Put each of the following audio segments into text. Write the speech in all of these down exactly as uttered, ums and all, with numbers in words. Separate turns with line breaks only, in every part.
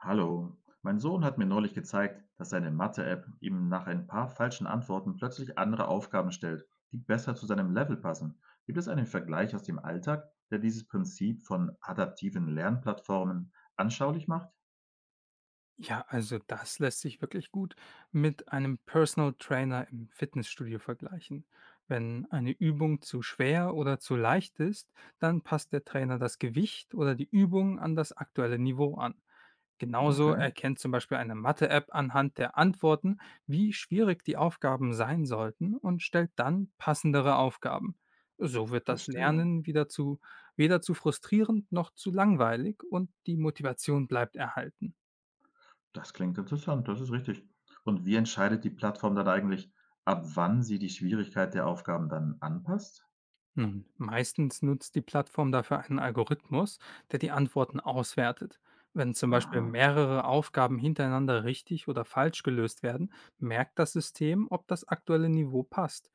Hallo, mein Sohn hat mir neulich gezeigt, dass seine Mathe-App ihm nach ein paar falschen Antworten plötzlich andere Aufgaben stellt, die besser zu seinem Level passen. Gibt es einen Vergleich aus dem Alltag, der dieses Prinzip von adaptiven Lernplattformen anschaulich macht?
Ja, also das lässt sich wirklich gut mit einem Personal Trainer im Fitnessstudio vergleichen. Wenn eine Übung zu schwer oder zu leicht ist, dann passt der Trainer das Gewicht oder die Übung an das aktuelle Niveau an. Genauso
Okay,
erkennt zum Beispiel eine Mathe-App anhand der Antworten, wie schwierig die Aufgaben sein sollten, und stellt dann passendere Aufgaben. So wird das
verstehe.
Lernen wieder zu, weder zu frustrierend noch zu langweilig, und die Motivation bleibt erhalten.
Das klingt interessant, das ist richtig. Und wie entscheidet die Plattform dann eigentlich, ab wann sie die Schwierigkeit der Aufgaben dann anpasst?
Nun, meistens nutzt die Plattform dafür einen Algorithmus, der die Antworten auswertet. Wenn zum Beispiel
Aha,
mehrere Aufgaben hintereinander richtig oder falsch gelöst werden, merkt das System, ob das aktuelle Niveau passt.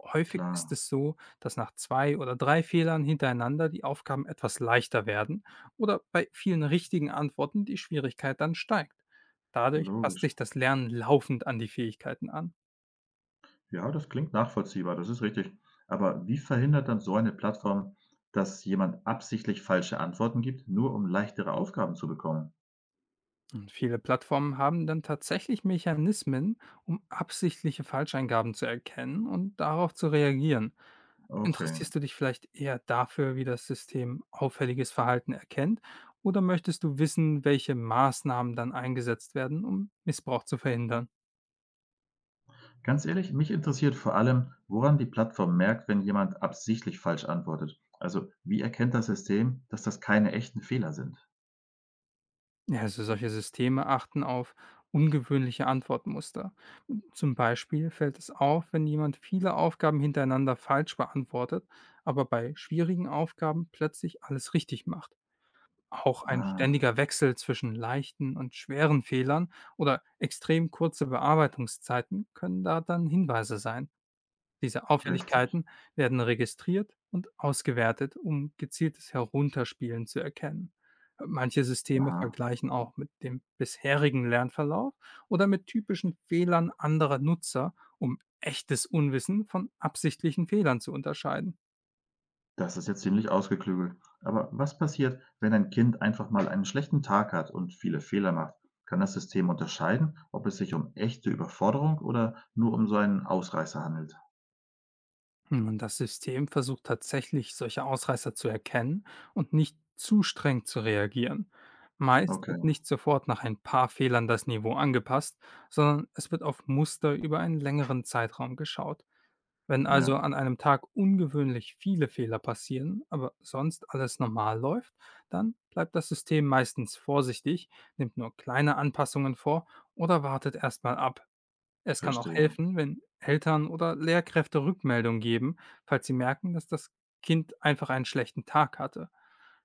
Häufig ist
klar,
es so, dass nach zwei oder drei Fehlern hintereinander die Aufgaben etwas leichter werden oder bei vielen richtigen Antworten die Schwierigkeit dann steigt. Dadurch passt
logisch.
sich das Lernen laufend an die Fähigkeiten an.
Ja, das klingt nachvollziehbar, das ist richtig. Aber wie verhindert dann so eine Plattform, dass jemand absichtlich falsche Antworten gibt, nur um leichtere Aufgaben zu bekommen?
Und viele Plattformen haben dann tatsächlich Mechanismen, um absichtliche Falscheingaben zu erkennen und darauf zu reagieren.
Okay.
Interessierst du dich vielleicht eher dafür, wie das System auffälliges Verhalten erkennt, oder möchtest du wissen, welche Maßnahmen dann eingesetzt werden, um Missbrauch zu verhindern?
Ganz ehrlich, mich interessiert vor allem, woran die Plattform merkt, wenn jemand absichtlich falsch antwortet. Also, wie erkennt das System, dass das keine echten Fehler sind?
Ja, also solche Systeme achten auf ungewöhnliche Antwortmuster. Zum Beispiel fällt es auf, wenn jemand viele Aufgaben hintereinander falsch beantwortet, aber bei schwierigen Aufgaben plötzlich alles richtig macht. Auch ein
Ah,
ständiger Wechsel zwischen leichten und schweren Fehlern oder extrem kurze Bearbeitungszeiten können da dann Hinweise sein. Diese
richtig.
Auffälligkeiten werden registriert und ausgewertet, um gezieltes Herunterspielen zu erkennen. Manche Systeme
Aha.
vergleichen auch mit dem bisherigen Lernverlauf oder mit typischen Fehlern anderer Nutzer, um echtes Unwissen von absichtlichen Fehlern zu unterscheiden.
Das ist jetzt ziemlich ausgeklügelt. Aber was passiert, wenn ein Kind einfach mal einen schlechten Tag hat und viele Fehler macht? Kann das System unterscheiden, ob es sich um echte Überforderung oder nur um so einen Ausreißer handelt?
Hm, Und das System versucht tatsächlich, solche Ausreißer zu erkennen und nicht zu streng zu reagieren. Meist wird
Okay,
nicht sofort nach ein paar Fehlern das Niveau angepasst, sondern es wird auf Muster über einen längeren Zeitraum geschaut. Wenn also
ja,
an einem Tag ungewöhnlich viele Fehler passieren, aber sonst alles normal läuft, dann bleibt das System meistens vorsichtig, nimmt nur kleine Anpassungen vor oder wartet erstmal ab. Es kann auch
verstehe.
helfen, wenn Eltern oder Lehrkräfte Rückmeldung geben, falls sie merken, dass das Kind einfach einen schlechten Tag hatte.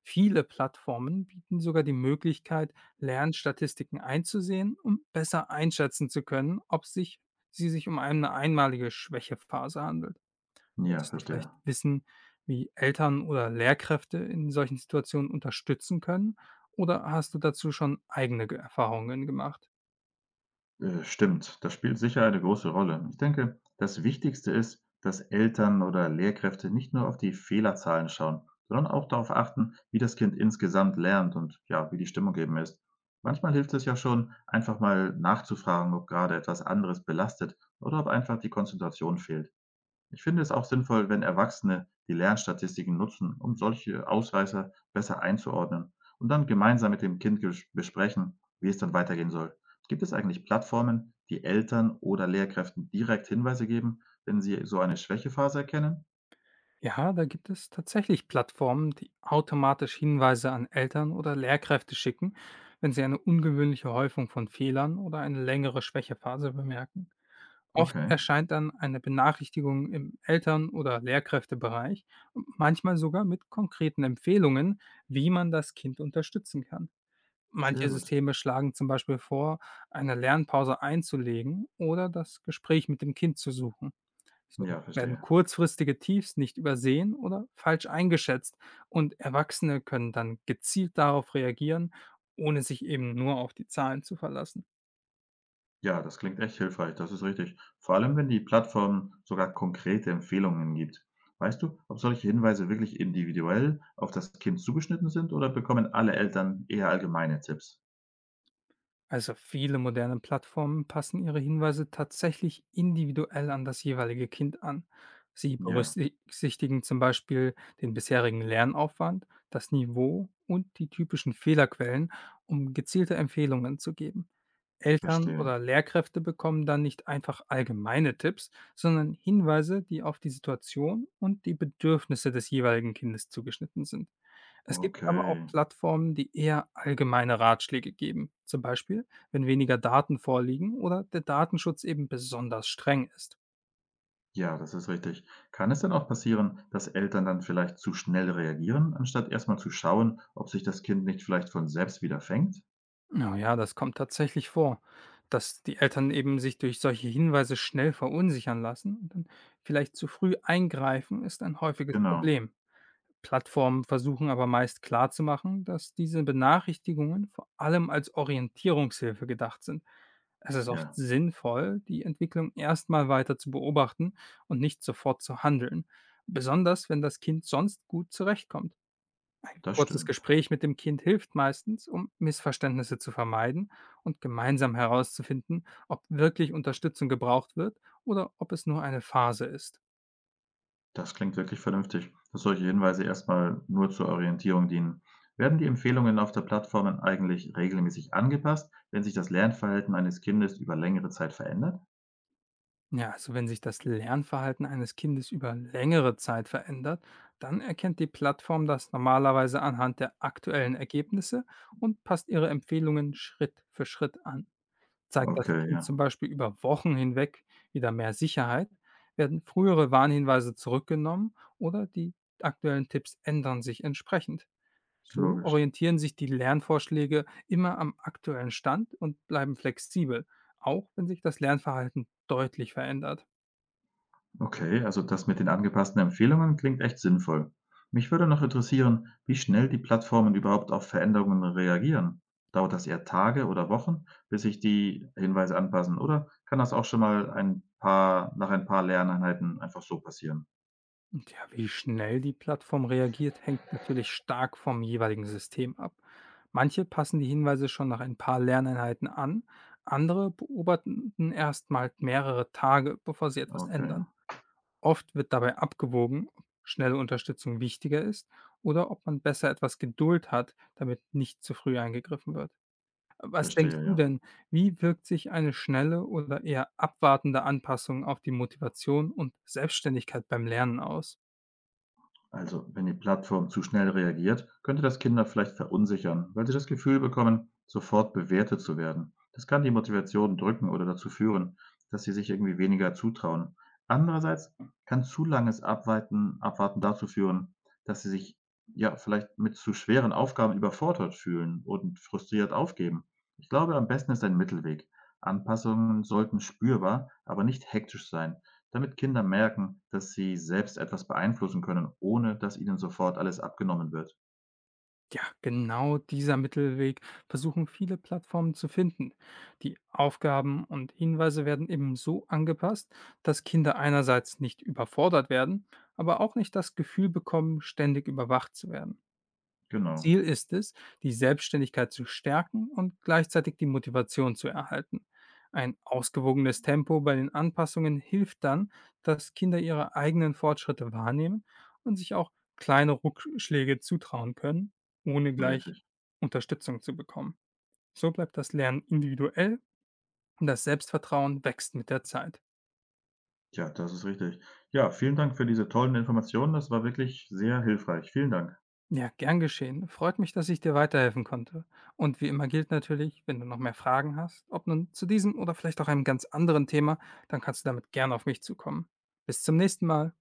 Viele Plattformen bieten sogar die Möglichkeit, Lernstatistiken einzusehen, um besser einschätzen zu können, ob sich, sie sich um eine einmalige Schwächephase handelt.
Ja,
Möchtest du
verstehe.
vielleicht wissen, wie Eltern oder Lehrkräfte in solchen Situationen unterstützen können? Oder hast du dazu schon eigene Ge- Erfahrungen gemacht?
Äh, stimmt, das spielt sicher eine große Rolle. Ich denke, das Wichtigste ist, dass Eltern oder Lehrkräfte nicht nur auf die Fehlerzahlen schauen, sondern auch darauf achten, wie das Kind insgesamt lernt und ja, wie die Stimmung eben ist. Manchmal hilft es ja schon, einfach mal nachzufragen, ob gerade etwas anderes belastet oder ob einfach die Konzentration fehlt. Ich finde es auch sinnvoll, wenn Erwachsene die Lernstatistiken nutzen, um solche Ausreißer besser einzuordnen und dann gemeinsam mit dem Kind ges- besprechen, wie es dann weitergehen soll. Gibt es eigentlich Plattformen, die Eltern oder Lehrkräften direkt Hinweise geben, wenn sie so eine Schwächephase erkennen?
Ja, da gibt es tatsächlich Plattformen, die automatisch Hinweise an Eltern oder Lehrkräfte schicken, wenn sie eine ungewöhnliche Häufung von Fehlern oder eine längere Schwächephase bemerken. Oft
Okay,
erscheint dann eine Benachrichtigung im Eltern- oder Lehrkräftebereich, und manchmal sogar mit konkreten Empfehlungen, wie man das Kind unterstützen kann.
sehr
Manche
gut.
Systeme schlagen zum Beispiel vor, eine Lernpause einzulegen oder das Gespräch mit dem Kind zu suchen. So
Ja,
werden
verstehe.
kurzfristige Tiefs nicht übersehen oder falsch eingeschätzt, und Erwachsene können dann gezielt darauf reagieren, ohne sich eben nur auf die Zahlen zu verlassen.
Ja, das klingt echt hilfreich, das ist richtig. Vor allem, wenn die Plattform sogar konkrete Empfehlungen gibt. Weißt du, ob solche Hinweise wirklich individuell auf das Kind zugeschnitten sind oder bekommen alle Eltern eher allgemeine Tipps?
Also viele moderne Plattformen passen ihre Hinweise tatsächlich individuell an das jeweilige Kind an. Sie
Ja,
berücksichtigen zum Beispiel den bisherigen Lernaufwand, das Niveau und die typischen Fehlerquellen, um gezielte Empfehlungen zu geben. Eltern
verstehe.
oder Lehrkräfte bekommen dann nicht einfach allgemeine Tipps, sondern Hinweise, die auf die Situation und die Bedürfnisse des jeweiligen Kindes zugeschnitten sind. Es gibt aber auch
Okay.
Plattformen, die eher allgemeine Ratschläge geben, zum Beispiel, wenn weniger Daten vorliegen oder der Datenschutz eben besonders streng ist.
Ja, das ist richtig. Kann es denn auch passieren, dass Eltern dann vielleicht zu schnell reagieren, anstatt erstmal zu schauen, ob sich das Kind nicht vielleicht von selbst wieder fängt?
Oh ja, das kommt tatsächlich vor, dass die Eltern eben sich durch solche Hinweise schnell verunsichern lassen und dann vielleicht zu früh eingreifen, ist ein häufiges
Genau.
Problem. Plattformen versuchen aber meist klarzumachen, dass diese Benachrichtigungen vor allem als Orientierungshilfe gedacht sind. Es ist oft
Ja,
sinnvoll, die Entwicklung erstmal weiter zu beobachten und nicht sofort zu handeln, besonders wenn das Kind sonst gut zurechtkommt.
das
Kurzes
stimmt.
Gespräch mit dem Kind hilft meistens, um Missverständnisse zu vermeiden und gemeinsam herauszufinden, ob wirklich Unterstützung gebraucht wird oder ob es nur eine Phase ist.
Das klingt wirklich vernünftig, dass solche Hinweise erstmal nur zur Orientierung dienen. Werden die Empfehlungen auf der Plattform eigentlich regelmäßig angepasst, wenn sich das Lernverhalten eines Kindes über längere Zeit verändert?
Ja, also wenn sich das Lernverhalten eines Kindes über längere Zeit verändert, dann erkennt die Plattform das normalerweise anhand der aktuellen Ergebnisse und passt ihre Empfehlungen Schritt für Schritt an. Zeigt das
Okay,
Kind zum
ja,
Beispiel über Wochen hinweg wieder mehr Sicherheit, werden frühere Warnhinweise zurückgenommen oder die aktuellen Tipps ändern sich entsprechend. So
logisch.
orientieren sich die Lernvorschläge immer am aktuellen Stand und bleiben flexibel, auch wenn sich das Lernverhalten deutlich verändert.
Okay, also das mit den angepassten Empfehlungen klingt echt sinnvoll. Mich würde noch interessieren, wie schnell die Plattformen überhaupt auf Veränderungen reagieren. Dauert das eher Tage oder Wochen, bis sich die Hinweise anpassen, oder kann das auch schon mal ein paar nach ein paar Lerneinheiten einfach so passieren?
Und ja, wie schnell die Plattform reagiert, hängt natürlich stark vom jeweiligen System ab. Manche passen die Hinweise schon nach ein paar Lerneinheiten an, andere beobachten erst mal mehrere Tage, bevor sie etwas
Okay.
ändern. Oft wird dabei abgewogen, ob schnelle Unterstützung wichtiger ist oder ob man besser etwas Geduld hat, damit nicht zu früh eingegriffen wird. Was denkst
Verstehe,
du
ja.
denn, wie wirkt sich eine schnelle oder eher abwartende Anpassung auf die Motivation und Selbstständigkeit beim Lernen aus?
Also, wenn die Plattform zu schnell reagiert, könnte das Kinder vielleicht verunsichern, weil sie das Gefühl bekommen, sofort bewertet zu werden. Das kann die Motivation drücken oder dazu führen, dass sie sich irgendwie weniger zutrauen. Andererseits kann zu langes Abweiten, Abwarten dazu führen, dass sie sich ja vielleicht mit zu schweren Aufgaben überfordert fühlen und frustriert aufgeben. Ich glaube, am besten ist ein Mittelweg. Anpassungen sollten spürbar, aber nicht hektisch sein. Damit Kinder merken, dass sie selbst etwas beeinflussen können, ohne dass ihnen sofort alles abgenommen wird.
Ja, genau dieser Mittelweg versuchen viele Plattformen zu finden. Die Aufgaben und Hinweise werden eben so angepasst, dass Kinder einerseits nicht überfordert werden, aber auch nicht das Gefühl bekommen, ständig überwacht zu werden. Ziel
Genau,
ist es, die Selbstständigkeit zu stärken und gleichzeitig die Motivation zu erhalten. Ein ausgewogenes Tempo bei den Anpassungen hilft dann, dass Kinder ihre eigenen Fortschritte wahrnehmen und sich auch kleine Rückschläge zutrauen können, ohne gleich
richtig.
Unterstützung zu bekommen. So bleibt das Lernen individuell und das Selbstvertrauen wächst mit der Zeit.
Ja, das ist richtig. Ja, vielen Dank für diese tollen Informationen. Das war wirklich sehr hilfreich. Vielen Dank.
Ja, gern geschehen. Freut mich, dass ich dir weiterhelfen konnte. Und wie immer gilt natürlich, wenn du noch mehr Fragen hast, ob nun zu diesem oder vielleicht auch einem ganz anderen Thema, dann kannst du damit gern auf mich zukommen. Bis zum nächsten Mal.